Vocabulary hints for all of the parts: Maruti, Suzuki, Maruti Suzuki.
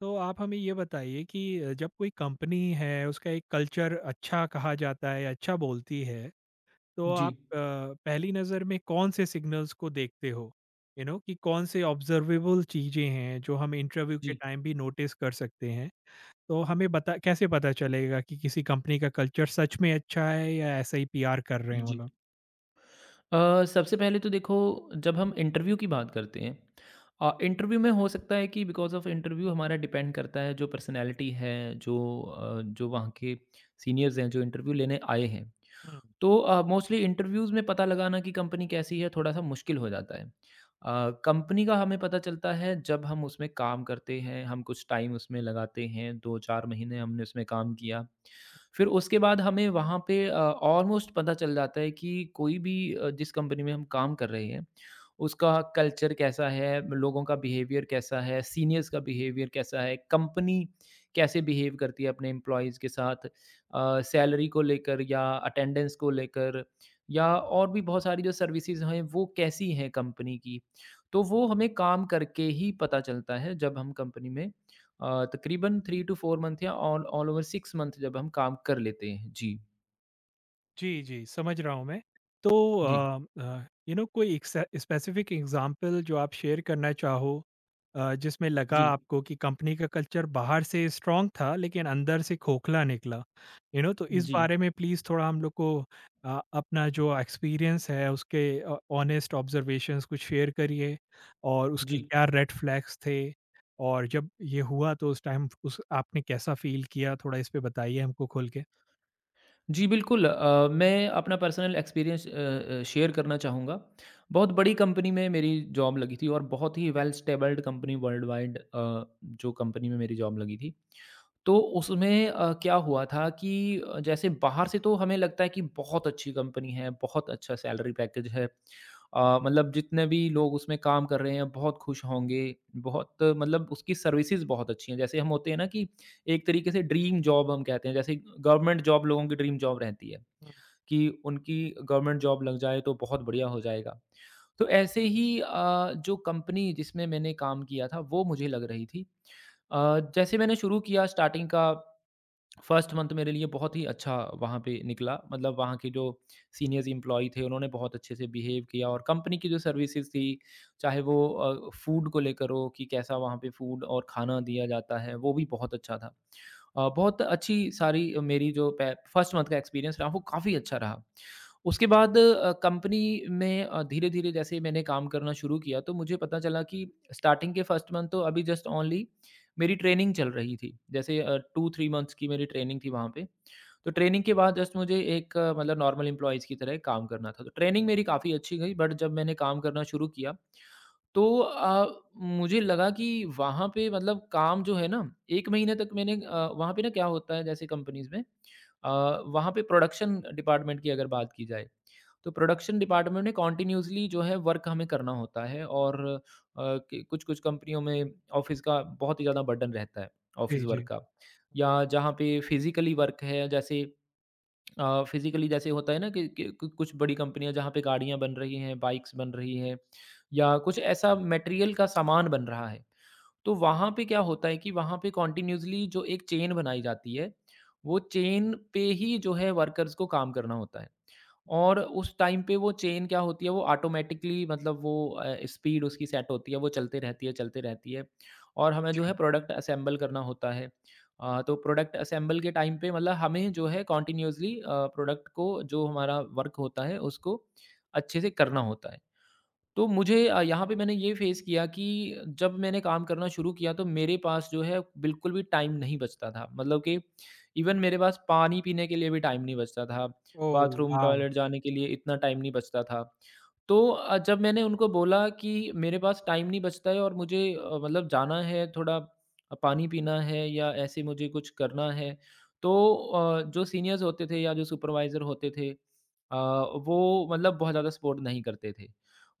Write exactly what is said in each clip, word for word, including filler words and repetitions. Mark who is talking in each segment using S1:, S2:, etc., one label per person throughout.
S1: तो आप हमें ये बताइए कि जब कोई कंपनी है उसका एक कल्चर अच्छा कहा जाता है अच्छा बोलती है तो
S2: जी,
S1: आप अ, पहली नज़र में कौन से सिग्नल्स को देखते हो? यू नो कि कौन से ऑब्जर्वेबल चीज़ें हैं जो हम इंटरव्यू के
S2: जी,
S1: टाइम भी नोटिस कर सकते हैं। तो हमें बता कैसे पता चलेगा कि किसी कंपनी का कल्चर सच में अच्छा है या ऐसा ही पी आर कर रहे हैं वो
S2: जी।
S1: लोग।
S2: अ, सबसे पहले तो देखो। जब हम इंटरव्यू की बात करते हैं, अ, इंटरव्यू में हो सकता है कि बिकॉज़ ऑफ़ इंटरव्यू हमारा डिपेंड करता है जो पर्सनैलिटी है, जो अ, जो वहाँ के सीनियर्स हैं, जो इंटरव्यू लेने आए हैं। तो अ, मोस्टली इंटरव्यूज़ में पता लगाना कि कंपनी कैसी है थोड़ा-सा मुश्किल हो जाता है। अ, कंपनी का हमें पता चलता है जब हम उसमें काम करते हैं, हम कुछ टाइम उसमें लगाते हैं, दो से चार महीने हमने उसमें काम किया। फिर उसके बाद हमें वहाँ पे अ, ऑलमोस्ट पता चल जाता है कि कोई भी अ, जिस कंपनी में हम काम कर रहे हैं, उसका कल्चर कैसा है, लोगों का बिहेवियर कैसा है, सीनियर्स का बिहेवियर कैसा है, कंपनी कैसे बिहेव करती है अपने एम्प्लॉइज़ के साथ। अ, सैलरी को लेकर या अटेंडेंस को लेकर या और भी बहुत सारी जो सर्विसेज हैं वो कैसी हैं कंपनी की। तो वो हमें काम करके ही पता चलता है जब हम कंपनी में अ, तकरीबन तीन टू चार मंथ या ऑल ऑल ओवर छह मंथ जब हम काम कर लेते हैं। जी।
S1: जी, जी, समझ रहा हूँ मैं। तो
S2: जी।
S1: अ अ, यू नो कोई एक स स्पेसिफिक एग्ज़ाम्पल जो आप शेयर करना चाहो, अ, जिसमें लगा
S2: जी।
S1: आपको कि कंपनी का कल्चर बाहर से स्ट्रॉन्ग था लेकिन अंदर से खोखला निकला। यू नो तो इस
S2: जी।
S1: बारे में प्लीज़ थोड़ा हम लोग को अ, अपना जो एक्सपीरियंस है उसके अ, ऑनेस्ट ऑब्जर्वेशंस कुछ शेयर करिए। और उसके
S2: जी।
S1: क्या रेड फ्लैग्स थे? और जब ये हुआ तो उस टाइम उस आपने कैसा फ़ील किया? थोड़ा इस पे बताइए हमको खोल के।
S2: जी, बिल्कुल, अ, मैं अपना personal experience uh uh, share करना चाहूँगा। बहुत बड़ी कंपनी में मेरी जॉब लगी थी और बहुत ही well established company world wide, अ, जो कंपनी में मेरी जॉब लगी थी। तो उसमें अ, क्या हुआ था कि अ, जैसे बाहर से तो हमें लगता है कि बहुत अच्छी कंपनी है, बहुत अच्छा सैलरी पैकेज है। अ, मतलब जितने भी लोग उसमें काम कर रहे हैं बहुत खुश होंगे, बहुत मतलब उसकी सर्विसेज़ बहुत अच्छी हैं। जैसे हम होते हैं ना कि एक तरीके से ड्रीम जॉब हम कहते हैं, जैसे गवर्नमेंट जॉब लोगों की ड्रीम जॉब रहती है।
S1: हुँ।
S2: कि उनकी गवर्नमेंट जॉब लग जाए तो बहुत बढ़िया हो जाएगा। तो ऐसे ही, अ, जो कंपनी जिसमें मैंने काम किया था वो मुझे लग रही थी। अ, जैसे मैंने शुरू किया, स्टार्टिंग का फर्स्ट मंथ मेरे लिए बहुत ही अच्छा वहाँ पे निकला। मतलब वहाँ के जो सीनियर्स एम्प्लॉयी थे उन्होंने बहुत अच्छे से बिहेव किया और कंपनी की जो सर्विसेज़ थी, चाहे वो अ, फूड को लेकर हो कि कैसा वहाँ पे फूड और खाना दिया जाता है, वो भी बहुत अच्छा था। अ, बहुत अच्छी सारी मेरी जो पै फर्स्ट मंथ का एक्सपीरियंस रहा वो काफ़ी अच्छा रहा। उसके बाद अ, कंपनी में अ, धीरे-धीरे जैसे मैंने काम करना शुरू किया तो मुझे पता चला कि स्टार्टिंग के फर्स्ट मंथ तो अभी जस्ट ओनली मेरी ट्रेनिंग चल रही थी। जैसे अ, दो से तीन मंथ्स की मेरी ट्रेनिंग थी वहाँ पे। तो ट्रेनिंग के बाद जस्ट मुझे एक, अ, मतलब नॉर्मल एम्प्लॉइज़ की तरह काम करना था। तो ट्रेनिंग मेरी काफ़ी अच्छी गई बट जब मैंने काम करना शुरू किया तो अ, मुझे लगा कि वहाँ पे मतलब काम जो है ना, एक महीने तक मैंने अ, वहाँ पे ना क्या होता है जैसे कंपनीज़ में, अ, वहाँ पे प्रोडक्शन डिपार्टमेंट की अगर बात की जाए, तो प्रोडक्शन डिपार्टमेंट में कंटिन्यूअसली जो है वर्क हमें करना होता है और अ, कि कुछ-कुछ कंपनियों में ऑफ़िस का बहुत ही ज़्यादा बर्डन रहता है, ऑफ़िस
S1: जी,
S2: वर्क
S1: जी।
S2: का। या जहाँ पे फिज़िकली वर्क है, जैसे अ, फिज़िकली जैसे होता है ना कि कि कु कुछ बड़ी कंपनियाँ जहाँ पे गाड़ियाँ बन रही हैं, बाइक्स बन रही हैं या कुछ ऐसा मटेरियल का सामान बन रहा है। तो वहाँ पे क्या होता है कि वहाँ पे कंटीन्यूअसली जो एक चेन बनाई जाती है, वो चेन पे ही जो है वर्कर्स को काम करना होता है। और उस टाइम पे वो चेन क्या होती है वो ऑटोमेटिकली मतलब वो, अ, स्पीड उसकी सेट होती है, वो चलते रहती है, चलते रहती है और हमें जो है प्रोडक्ट असेंबल करना होता है। अ, तो प्रोडक्ट असेंबल के टाइम पे मतलब हमें जो है कंटीन्यूअसली अ, प्रोडक्ट को, जो हमारा वर्क होता है उसको अच्छे से करना होता है। तो मुझे अ, यहाँ पे मैंने ये फ़ेस किया कि जब मैंने काम करना शुरू किया तो मेरे पास जो है बिल्कुल भी टाइम नहीं बचता था। मतलब कि इवन मेरे पास पानी पीने के लिए भी टाइम नहीं बचता था,
S1: ओह
S2: बाथरूम,
S1: वाओ!
S2: टॉयलेट जाने के लिए इतना टाइम नहीं बचता था। तो अ, जब मैंने उनको बोला कि मेरे पास टाइम नहीं बचता है और मुझे अ, मतलब जाना है, थोड़ा अ, पानी पीना है या ऐसे मुझे कुछ करना है। तो अ, जो सीनियर्स होते थे या जो सुपरवाइज़र होते थे, अ, वो मतलब बहुत ज़्यादा सपोर्ट नहीं करते थे।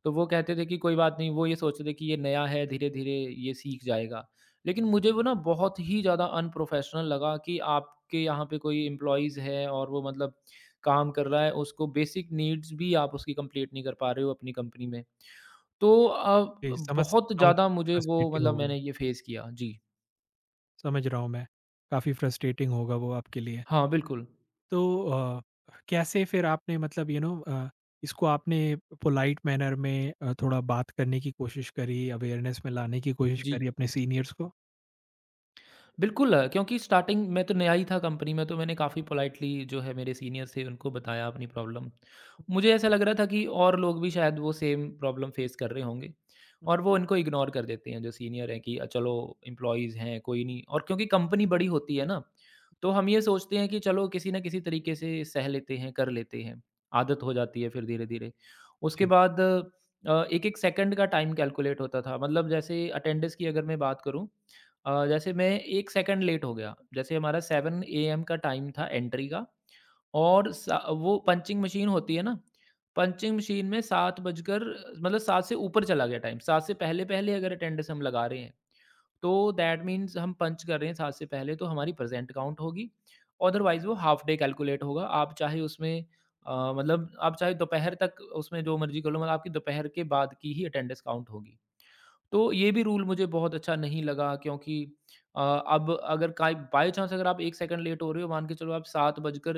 S2: तो वो कहते थे कि कोई बात नहीं, वो ये सोचते थे कि ये नया है, धीरे-धीरे ये सीख जाएगा। लेकिन मुझे वो ना बहुत ही ज़्यादा अनप्रोफ़ेशनल लगा कि आपके यहाँ पे कोई एम्प्लॉइज़ है और वो मतलब काम कर रहा है, उसको बेसिक नीड्स भी आप उसकी कंप्लीट नहीं कर पा रहे हो अपनी कंपनी में। तो, अ,
S1: जी,
S2: बहुत
S1: समझता हूँ।
S2: ज़्यादा मुझे वो
S1: फ्रस्ट्रेटिंग
S2: मतलब
S1: होगा।
S2: मैंने ये फेस किया। जी।
S1: समझ रहा हूँ मैं, काफ़ी फ्रस्ट्रेटिंग होगा वो आपके लिए।
S2: हाँ, बिल्कुल।
S1: तो अ, कैसे फिर आपने मतलब यू नो अ, इसको आपने पोलाइट मैनर में अ, थोड़ा बात करने की कोशिश करी, अवेयरनेस में लाने की कोशिश
S2: जी।
S1: करी अपने सीनियर्स को?
S2: बिल्कुल, अ, क्योंकि स्टार्टिंग मैं तो नया ही था कंपनी में, तो मैंने काफ़ी पोलाइटली जो है मेरे सीनियर्स थे उनको बताया अपनी प्रॉब्लम। मुझे ऐसा लग रहा था कि और लोग भी शायद वो सेम प्रॉब्लम फेस कर रहे होंगे और वो इनको इग्नोर कर देते हैं जो सीनियर हैं कि अ, चलो एम्प्लॉइज़ हैं कोई नहीं, और क्योंकि कंपनी बड़ी होती है ना, तो हम ये सोचते हैं कि चलो किसी न किसी तरीके से सह लेते हैं, कर लेते हैं। आदत हो जाती है फिर धीरे-धीरे। उसके
S1: जी।
S2: बाद अ, एक-एक सेकंड का टाइम कैलकुलेट होता था, मतलब जैसे अटेंडेंस की अगर मैं बात करूँ, अ, जैसे मैं एक सेकंड लेट हो गया, जैसे हमारा सात एएम का टाइम था एंट्री का और सा वो पंचिंग मशीन होती है ना, पंचिंग मशीन में सात बजकर मतलब सात से ऊपर चला गया टाइम, सात से पहले-पहले अगर अटेंडेंस हम लगा रहे हैं, तो दैट मीन्स हम पंच कर रहे हैं सात से पहले, तो हमारी प्रेज़ेंट काउंट होगी, अदरवाइज़ वो हाफ डे कैलकुलेट होगा। आप चाहे उसमें, अ, मतलब आप चाहे दोपहर तक उसमें जो मर्ज़ी कर लो, मतलब आपकी दोपहर के बाद की ही अटेंडेंस काउंट होगी। तो ये भी रूल मुझे बहुत अच्छा नहीं लगा क्योंकि अ, अब अगर काई बाई चांस अगर आप एक सेकंड लेट हो रहे हो, मान के चलो आप सात बजकर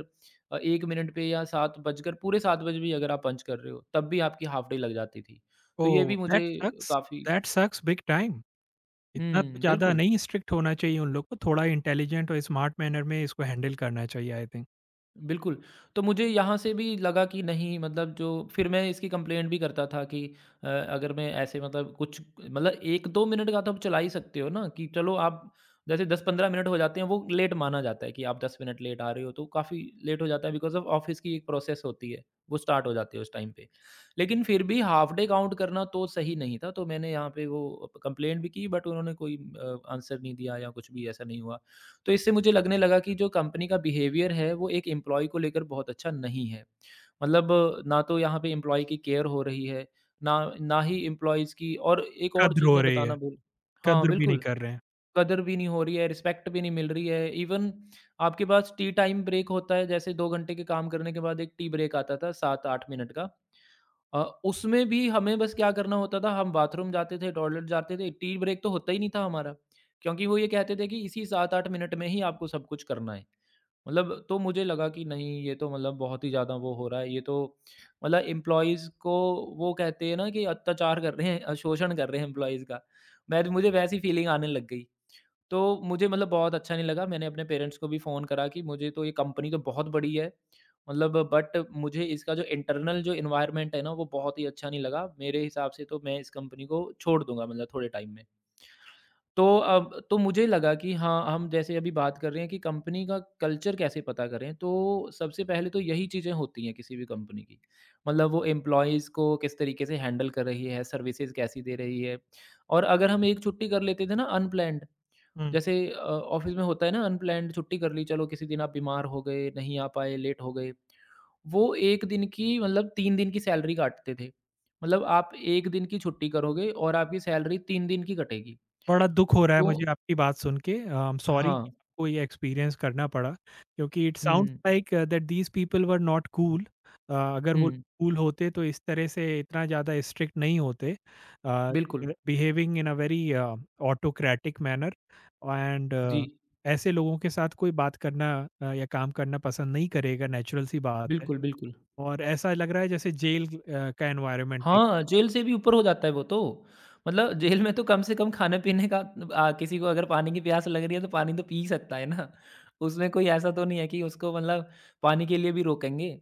S2: अ, एक मिनट पे या सात बजकर पूरे सात बजे भी अगर आप पंच कर रहे हो, तब भी आपकी हाफ डे लग जाती थी। तो ये
S1: ओह!
S2: भी
S1: दैट
S2: मुझे
S1: सक्स।
S2: काफ़ी।
S1: That sucks big time. इतना तो
S2: हुँ,
S1: ज़्यादा
S2: बिल्कुल।
S1: नहीं स्ट्रिक्ट होना चाहिए उन लोग को, थोड़ा इंटेलिजेंट और स्मार्ट मैनर में इसको हैंडल करना चाहिए आई थिंक।
S2: बिल्कुल, तो मुझे यहाँ से भी लगा कि नहीं मतलब, जो फिर मैं इसकी कंप्लेंट भी करता था कि अ, अगर मैं ऐसे मतलब कुछ मतलब एक से दो मिनट का तो आप चला ही सकते हो ना कि चलो आप जैसे दस से पंद्रह मिनट हो जाते हैं वो लेट माना जाता है कि आप दस मिनट लेट आ रहे हो, तो काफ़ी लेट हो जाता है बिकॉज़ ऑफ ऑफ़िस की एक प्रोसेस होती है, वो स्टार्ट हो जाती है उस टाइम पे। लेकिन फिर भी हाल्फ डे काउंट करना तो सही नहीं था, तो मैंने यहाँ पे वो कंप्लेंट भी की बट उन्होंने कोई अ, आंसर नहीं दिया या कुछ भी ऐसा नहीं हुआ। तो इससे मुझे लगने लगा कि जो कंपनी का बिहेवियर है वो एक एम्प्लॉय को लेकर बहुत अच्छा नहीं है। मतलब अ, ना तो यहाँ पे एम्प्लॉय की केयर हो रही है, ना ना ही एम्प्लॉइज़ की, और एक और
S1: कद्र
S2: चीज़
S1: हो
S2: मैं
S1: रही है,
S2: बताना भूल। हाँ,
S1: कद्र भी नहीं
S2: बिल्कुल।
S1: कर रहे हैं।
S2: कदर भी नहीं हो रही है, रिस्पेक्ट भी नहीं मिल रही है। इवन आपके पास टी टाइम ब्रेक होता है, जैसे दो घंटे के काम करने के बाद एक टी ब्रेक आता था सात से आठ मिनट का। अ, उसमें भी हमें बस क्या करना होता था, हम बाथरूम जाते थे, टॉयलेट जाते थे, टी ब्रेक तो होता ही नहीं था हमारा। क्योंकि वो ये कहते थे कि इसी सात से आठ मिनट में ही आपको सब कुछ करना है। मतलब तो मुझे लगा कि नहीं, ये तो मतलब बहुत ही ज़्यादा वो हो रहा है, ये तो मतलब एम्प्लॉइज़ को, वो कहते हैं ना कि अत्याचार कर रहे हैं, अ, शोषण कर रहे हैं एम्प्लॉइज़ का। मैं मुझे वैसी फीलिंग आने लग गई। तो मुझे मतलब बहुत अच्छा नहीं लगा। मैंने अपने पेरेंट्स को भी फ़ोन करा कि मुझे तो ये कंपनी तो बहुत बड़ी है, मतलब बट मुझे इसका जो इंटरनल जो एनवायरनमेंट है ना, वो बहुत ही अच्छा नहीं लगा। मेरे हिसाब से तो मैं इस कंपनी को छोड़ दूँगा मतलब थोड़े टाइम में। तो अब तो मुझे लगा कि हाँ, हम जैसे अभी बात कर रहे हैं कि कंपनी का कल्चर कैसे पता करें, तो सबसे पहले तो यही चीज़ें होती हैं किसी भी कंपनी की। मतलब वो एम्प्लॉइज़ को किस तरीके से हैंडल कर रही है, सर्विसेज़ कैसी दे रही है। और अगर
S1: जी।
S2: हम एक छुट्टी कर लेते थे ना अनप्लैन्ड,
S1: हुँ।
S2: जैसे अ, ऑफ़िस में होता है ना, अनप्लैन्ड छुट्टी कर ली, चलो किसी दिन आप बीमार हो गए, नहीं आ पाए, लेट हो गए। वो एक दिन की मतलब तीन दिन की सैलरी काटते थे। मतलब आप एक दिन की छुट्टी करोगे और आपकी सैलरी तीन दिन की कटेगी।
S1: बड़ा दुःख हो रहा है
S2: तो
S1: मुझे आपकी बात सुन के। आई एम सॉरी कि
S2: हाँ।
S1: आपको ये एक्सपीरियंस करना पड़ा, क्योंकि it sounds
S2: hmm,
S1: like that these people were not cool. अ, अगर वो
S2: हुँ।
S1: कूल होते तो इस तरह से इतना ज़्यादा स्ट्रिक्ट नहीं होते। अ,
S2: बिल्कुल।
S1: Behaving in a very uh, autocratic manner and
S2: जी।
S1: ऐसे लोगों के साथ कोई बात करना अ, या काम करना पसंद नहीं करेगा, नेचुरल सी बात है।
S2: बिल्कुल, बिल्कुल।
S1: और ऐसा लग रहा है जैसे जेल अ, का एनवायरनमेंट है।
S2: हाँ, जेल से भी ऊपर हो जाता है वो तो। मतलब जेल में तो कम से कम खाने-पीने का अ, किसी को अगर पानी की प्यास लग रही है तो पानी तो पी ही सकता है ना। उसमें कोई ऐसा तो नहीं है कि उसको मतलब पानी के लिए भी रोकेंगे।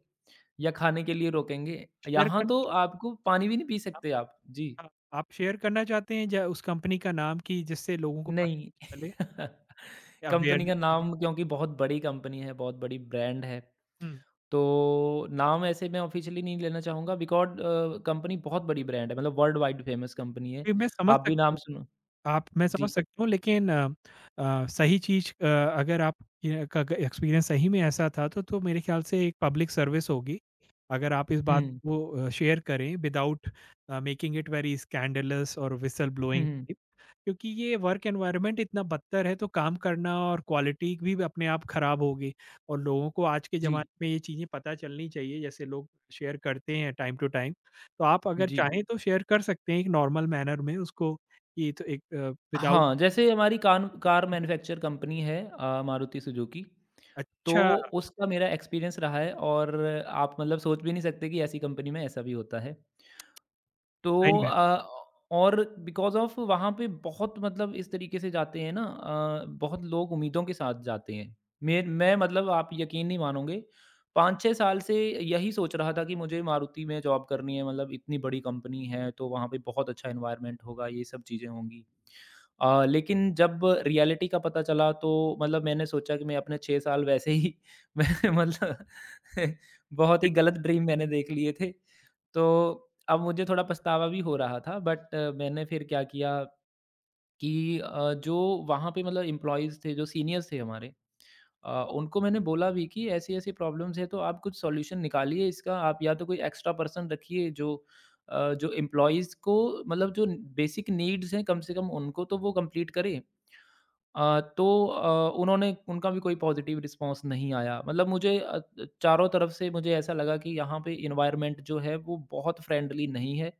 S2: या खाने के लिए रोकेंगे।
S1: शेयर
S2: यहाँ तो
S1: करना,
S2: आपको पानी भी नहीं पी सकते आप। जी,
S1: हाँ, आप शेयर करना चाहते हैं ज उस कंपनी का नाम कि जिससे लोगों को
S2: नहीं।
S1: पता चले या
S2: कंपनी का
S1: अवेयरनेस मिले?
S2: नाम क्योंकि बहुत बड़ी कंपनी है, बहुत बड़ी ब्रांड है,
S1: हुँ,
S2: तो नाम ऐसे मैं ऑफ़िशियली नहीं लेना चाहूँगा बिकॉज़ अ, कंपनी बहुत बड़ी ब्रांड है, मतलब वर्ल्ड वाइड फ़ेमस कंपनी है।
S1: जी मैं समझ
S2: आप भी
S1: सकती
S2: नाम
S1: हूँ।
S2: सुनो।
S1: आप मैं समझ
S2: जी।
S1: सकता हूँ लेकिन अ अ, सही चीज़, अ, अगर आप ये का ग एक्सपीरियंस सही में ऐसा था तो तो मेरे ख़्याल से एक पब्लिक सर्विस होगी। अगर आप इस बात
S2: हुँ।
S1: को अ, शेयर करें without uh, making it very scandalous और व्हिसल
S2: हुँ,
S1: ब्लोइंग।
S2: हुँ।
S1: क्योंकि ये वर्क एनवायरनमेंट इतना बदतर है तो काम करना और क्वालिटी भी अपने आप खराब होगी और लोगों को आज के
S2: जी,
S1: ज़माने में ये चीज़ें पता चलनी चाहिए जैसे लोग शेयर करते हैं टाइम टू टाइम। तो आप अगर
S2: जी।
S1: चाहें तो शेयर कर सकते हैं एक नॉर्मल मैनर में उसको कि तो एक अ, विदाउट।
S2: हाँ, जैसे हमारी कान कार मैन्युफैक्चर कंपनी है अ, मारुति सुजुकी, तो
S1: अच्छा।
S2: उसका मेरा एक्सपीरियंस रहा है और आप मतलब सोच भी नहीं सकते कि ऐसी कंपनी में ऐसा भी होता है। तो
S1: सही में।
S2: अ, और बिकॉज़ ऑफ वहाँ पे बहुत मतलब इस तरीके से जाते हैं ना अ, बहुत लोग उम्मीदों के साथ जाते हैं। मैं मैं मतलब आप यकीन नहीं मानोगे पाँच छह साल से यही सोच रहा था कि मुझे मारुति में जॉब करनी है मतलब इतनी बड़ी कंपनी है तो वहाँ पे बहुत अच्छा एनवायरनमेंट होगा, ये सब चीज़ें होंगी। अ, लेकिन जब रियलिटी का पता चला तो मतलब मैंने सोचा कि मैं अपने छह साल वैसे ही मैं मतलब बहुत ही गलत ड्रीम मैंने देख लिए थे। तो अब मुझे थोड़ा पछतावा भी हो रहा था बट मैंने फिर क्या किया कि अ, जो वहाँ पे मतलब एम्प्लॉइज़ थे, जो सीनियर्स थे हमारे अ, उनको मैंने बोला भी कि ऐसी-ऐसी प्रॉब्लम्स है तो आप कुछ सॉल्यूशन निकालिए इसका। आप या तो कोई एक्स्ट्रा पर्सन रखिए जो अ, जो एम्प्लॉइज़ को मतलब जो बेसिक नीड्स हैं कम से कम उनको तो वो कंप्लीट करे। अ, तो अ, उन्होंने उनका भी कोई पॉज़िटिव रिस्पॉन्स नहीं आया। मतलब मुझे अ, चारों तरफ से मुझे ऐसा लगा कि यहाँ पे एनवायरनमेंट जो है वो बहुत फ्रेंडली नहीं है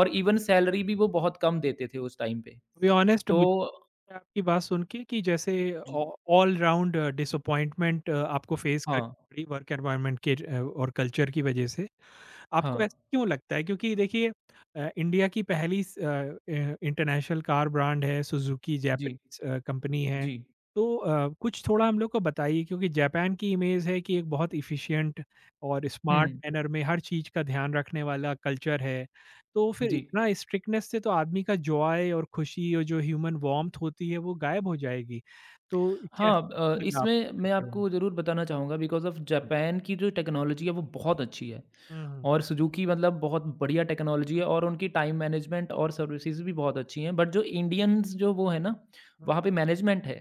S2: और इवन सैलरी भी वो बहुत कम देते थे उस टाइम पे।
S1: टू बी ऑनेस्ट
S2: तो।
S1: मुझे आपकी बात सुन के कि जैसे
S2: जी,
S1: ऑ ऑल राउंड डिसअपॉइंटमेंट आपको फेस करनी
S2: हाँ,
S1: पड़ी वर्क एनवायरनमेंट के अ, और कल्चर की वजह से। आपको
S2: हाँ।
S1: ऐसा क्यों लगता है? क्योंकि देखिए अ, इंडिया की पहली स अ अ, इंटरनेशनल कार ब्रांड है सुज़ुकी,
S2: जी,
S1: जापानीज़ अ, कंपनी है।
S2: जी।
S1: तो अ, कुछ थोड़ा हम लोग को बताइए क्योंकि जापान की इमेज है कि एक बहुत एफ़िशिएंट और स्मार्ट
S2: हुँ,
S1: मैनर में हर चीज़ का ध्यान रखने वाला कल्चर है। तो फिर
S2: जी।
S1: इतना स्ट्रिक्टनेस से तो आदमी का जॉय और खुशी और जो ह्यूमन वार्म्थ होती है वो गायब हो जाएगी। तो
S2: हाँ,
S1: कैसा
S2: अ,
S1: लगा
S2: इसमें मैं
S1: आपको?
S2: आपको ज़रूर बताना चाहूँगा बिकॉज़ ऑफ़ जापान की जो टेक्नोलॉजी है वो बहुत अच्छी है
S1: हुँ, हुँ,
S2: और सुज़ुकी मतलब बहुत बढ़िया टेक्नोलॉजी है और उनकी टाइम मैनेजमेंट और सर्विसेज़ भी बहुत अच्छी हैं। बट जो इंडियंस जो वो है ना,
S1: हुँ,
S2: वहाँ पे मैनेजमेंट है,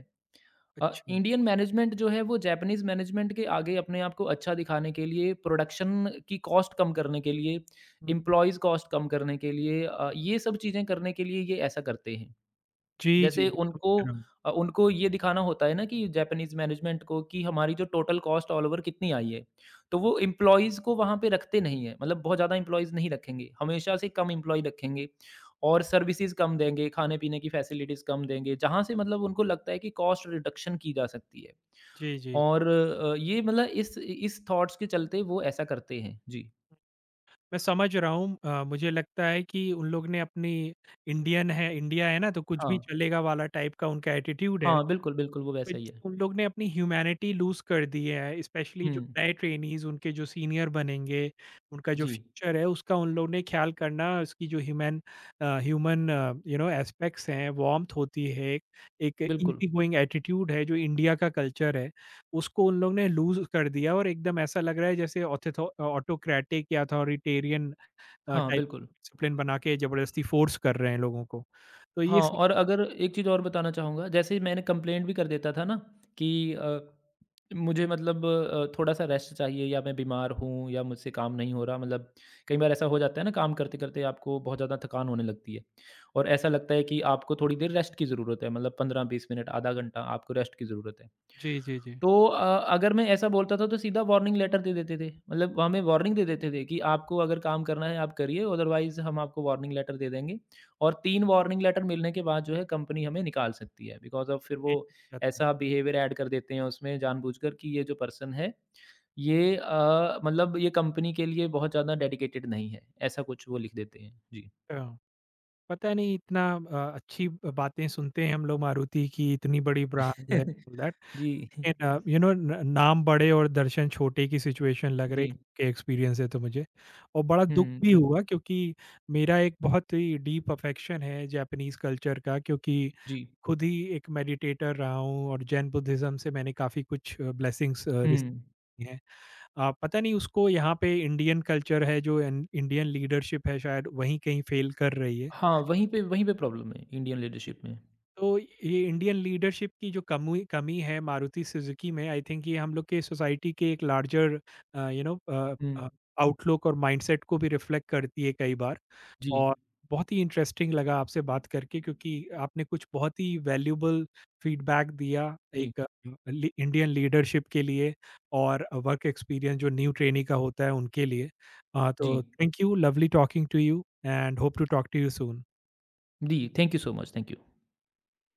S2: अ,
S1: अच्छा।
S2: इंडियन मैनेजमेंट जो है वो जापानीज़ मैनेजमेंट के आगे अपने आप को अच्छा दिखाने के लिए, प्रोडक्शन की कॉस्ट कम करने के लिए,
S1: हुँ,
S2: एम्प्लॉइज़ कॉस्ट कम करने के लिए, अ, ये सब चीज़ें करने के लिए ये ऐसा करते हैं।
S1: जी, जी।
S2: जैसे
S1: बिल्कुल,
S2: उनको अ, उनको ये दिखाना होता है ना कि जापानीज़ मैनेजमेंट को कि हमारी जो टोटल कॉस्ट ऑल ओवर कितनी आई है। तो वो एम्प्लॉइज़ को वहाँ पे रखते नहीं हैं, मतलब बहुत ज़्यादा एम्प्लॉइज़ नहीं रखेंगे, हमेशा से कम एम्प्लॉयी रखेंगे और सर्विसेज़ कम देंगे, खाने-पीने की फैसिलिटीज़ कम देंगे, जहाँ से मतलब उनको लगता है कि कॉस्ट रिडक्शन की जा सकती है।
S1: जी, जी। जी।
S2: और अ, ये मतलब इस इस थॉट्स के चलते वो ऐसा करते हैं। जी।
S1: मैं समझ रहा हूँ। अ, मुझे लगता है कि उन लोग ने अपनी इंडियन है, इंडिया है ना, तो कुछ भी
S2: हाँ।
S1: चलेगा वाला टाइप का उनका एटीट्यूड है।
S2: हाँ, बिल्कुल, बिल्कुल, वो
S1: बट
S2: वैसा ही है।
S1: उन लोग ने अपनी ह्यूमैनिटी लूज़ कर दी है, स्पेशली
S2: हुँ।
S1: जो नए ट्रेनीज़ उनके जो सीनियर बनेंगे, उनका जो
S2: जी,
S1: फ्यूचर है उसका उन लोग ने ख़्याल करना उसकी जो human uh, human you know aspects हैं, वार्म्थ होती है, एक
S2: बिल्कुल।
S1: ईज़ी गोइंग एटीट्यूड है जो इंडिया का कल्चर है, उसको उन लोग ने लूज़ कर दिया और एकदम ऐसा लग रहा है जैसे ऑथेथो ऑटोक्रेटिक या अथॉरिटेरियन अ,
S2: हाँ,
S1: टाइप
S2: बिल्कुल।
S1: डिसिप्लिन बना के ज़बरदस्ती फ़ोर्स कर रहे हैं लोगों को। तो ये
S2: हाँ,
S1: स
S2: और अगर एक चीज़ और बताना चाहूँगा, जैसे ही मैंने कंप्लेंट भी कर देता था ना कि अ, मुझे मतलब अ, थोड़ा-सा रेस्ट चाहिए या मैं बीमार हूँ या मुझसे काम नहीं हो रहा, मतलब कई बार ऐसा हो जाता है ना काम करते-करते आपको बहुत ज़्यादा थकान होने लगती है और ऐसा लगता है कि आपको थोड़ी देर रेस्ट की ज़रूरत है, मतलब पंद्रह बीस मिनट, आधा घंटा आपको रेस्ट की ज़रूरत है।
S1: जी, जी, जी।
S2: तो अ, अगर मैं ऐसा बोलता था तो सीधा वार्निंग लेटर दे देते थे, मतलब हमें वार्निंग दे देते थे कि आपको अगर काम करना है आप करिए, अदरवाइज़ हम आपको वार्निंग लेटर दे देंगे। और तीन वार्निंग लेटर मिलने के बाद जो है कंपनी हमें निकाल सकती है बिकॉज़ ऑफ फिर वो
S1: जाता है।
S2: ऐसा बिहेवियर ऐड कर देते हैं उसमें जानबूझकर कि ये जो पर्सन है, ये अ, मतलब ये कंपनी के लिए बहुत ज़्यादा डेडिकेटेड नहीं है। ऐसा कुछ वो लिख देते हैं। जी।
S1: हाँ। पता नहीं इतना अ, अच्छी ब- बातें सुनते हैं हम लोग मारुति की, इतनी बड़ी ब्रांड है दैट
S2: जी।
S1: एंड यू नो नाम बड़े और दर्शन छोटे की सिचुएशन लग
S2: जी।
S1: रही के एक्सपीरियंस है तो मुझे और बड़ा दुख
S2: हुँ,
S1: भी
S2: बिल्कुल।
S1: हुआ क्योंकि मेरा एक बहुत ही डीप अफेक्शन है जापानीज कल्चर का, क्योंकि
S2: जी।
S1: खुद ही एक मेडिटेटर रहा हूँ और जैन बुद्धिज्म से मैंने काफ़ी कुछ ब्लेसिंग्स
S2: हुँ।
S1: रिसीव हैं। आ, पता नहीं उसको यहाँ पे इंडियन कल्चर है जो इन- इंडियन लीडरशिप है शायद वहीं कहीं फेल कर रही है।
S2: हाँ, वहीं पे वहीं पे प्रॉब्लम है इंडियन लीडरशिप में।
S1: तो ये इंडियन लीडरशिप की जो कमी कमी है मारुति सुजुकी में आई थिंक ये हम लोग के सोसाइटी के एक larger you know
S2: hmm.
S1: Outlook और माइंडसेट को भी रिफ्लेक्ट करती है कई बार।
S2: जी।
S1: और बहुत ही इंटरेस्टिंग लगा आपसे बात करके क्योंकि आपने कुछ बहुत ही वैल्यूबल फीडबैक दिया
S2: जी।
S1: एक इंडियन लीडरशिप के लिए और वर्क एक्सपीरियंस जो न्यू ट्रेनी का होता है उनके लिए। अ,
S2: जी।
S1: तो thank you, lovely talking to you and hope to talk to you soon.
S2: जी, thank you so much. Thank you.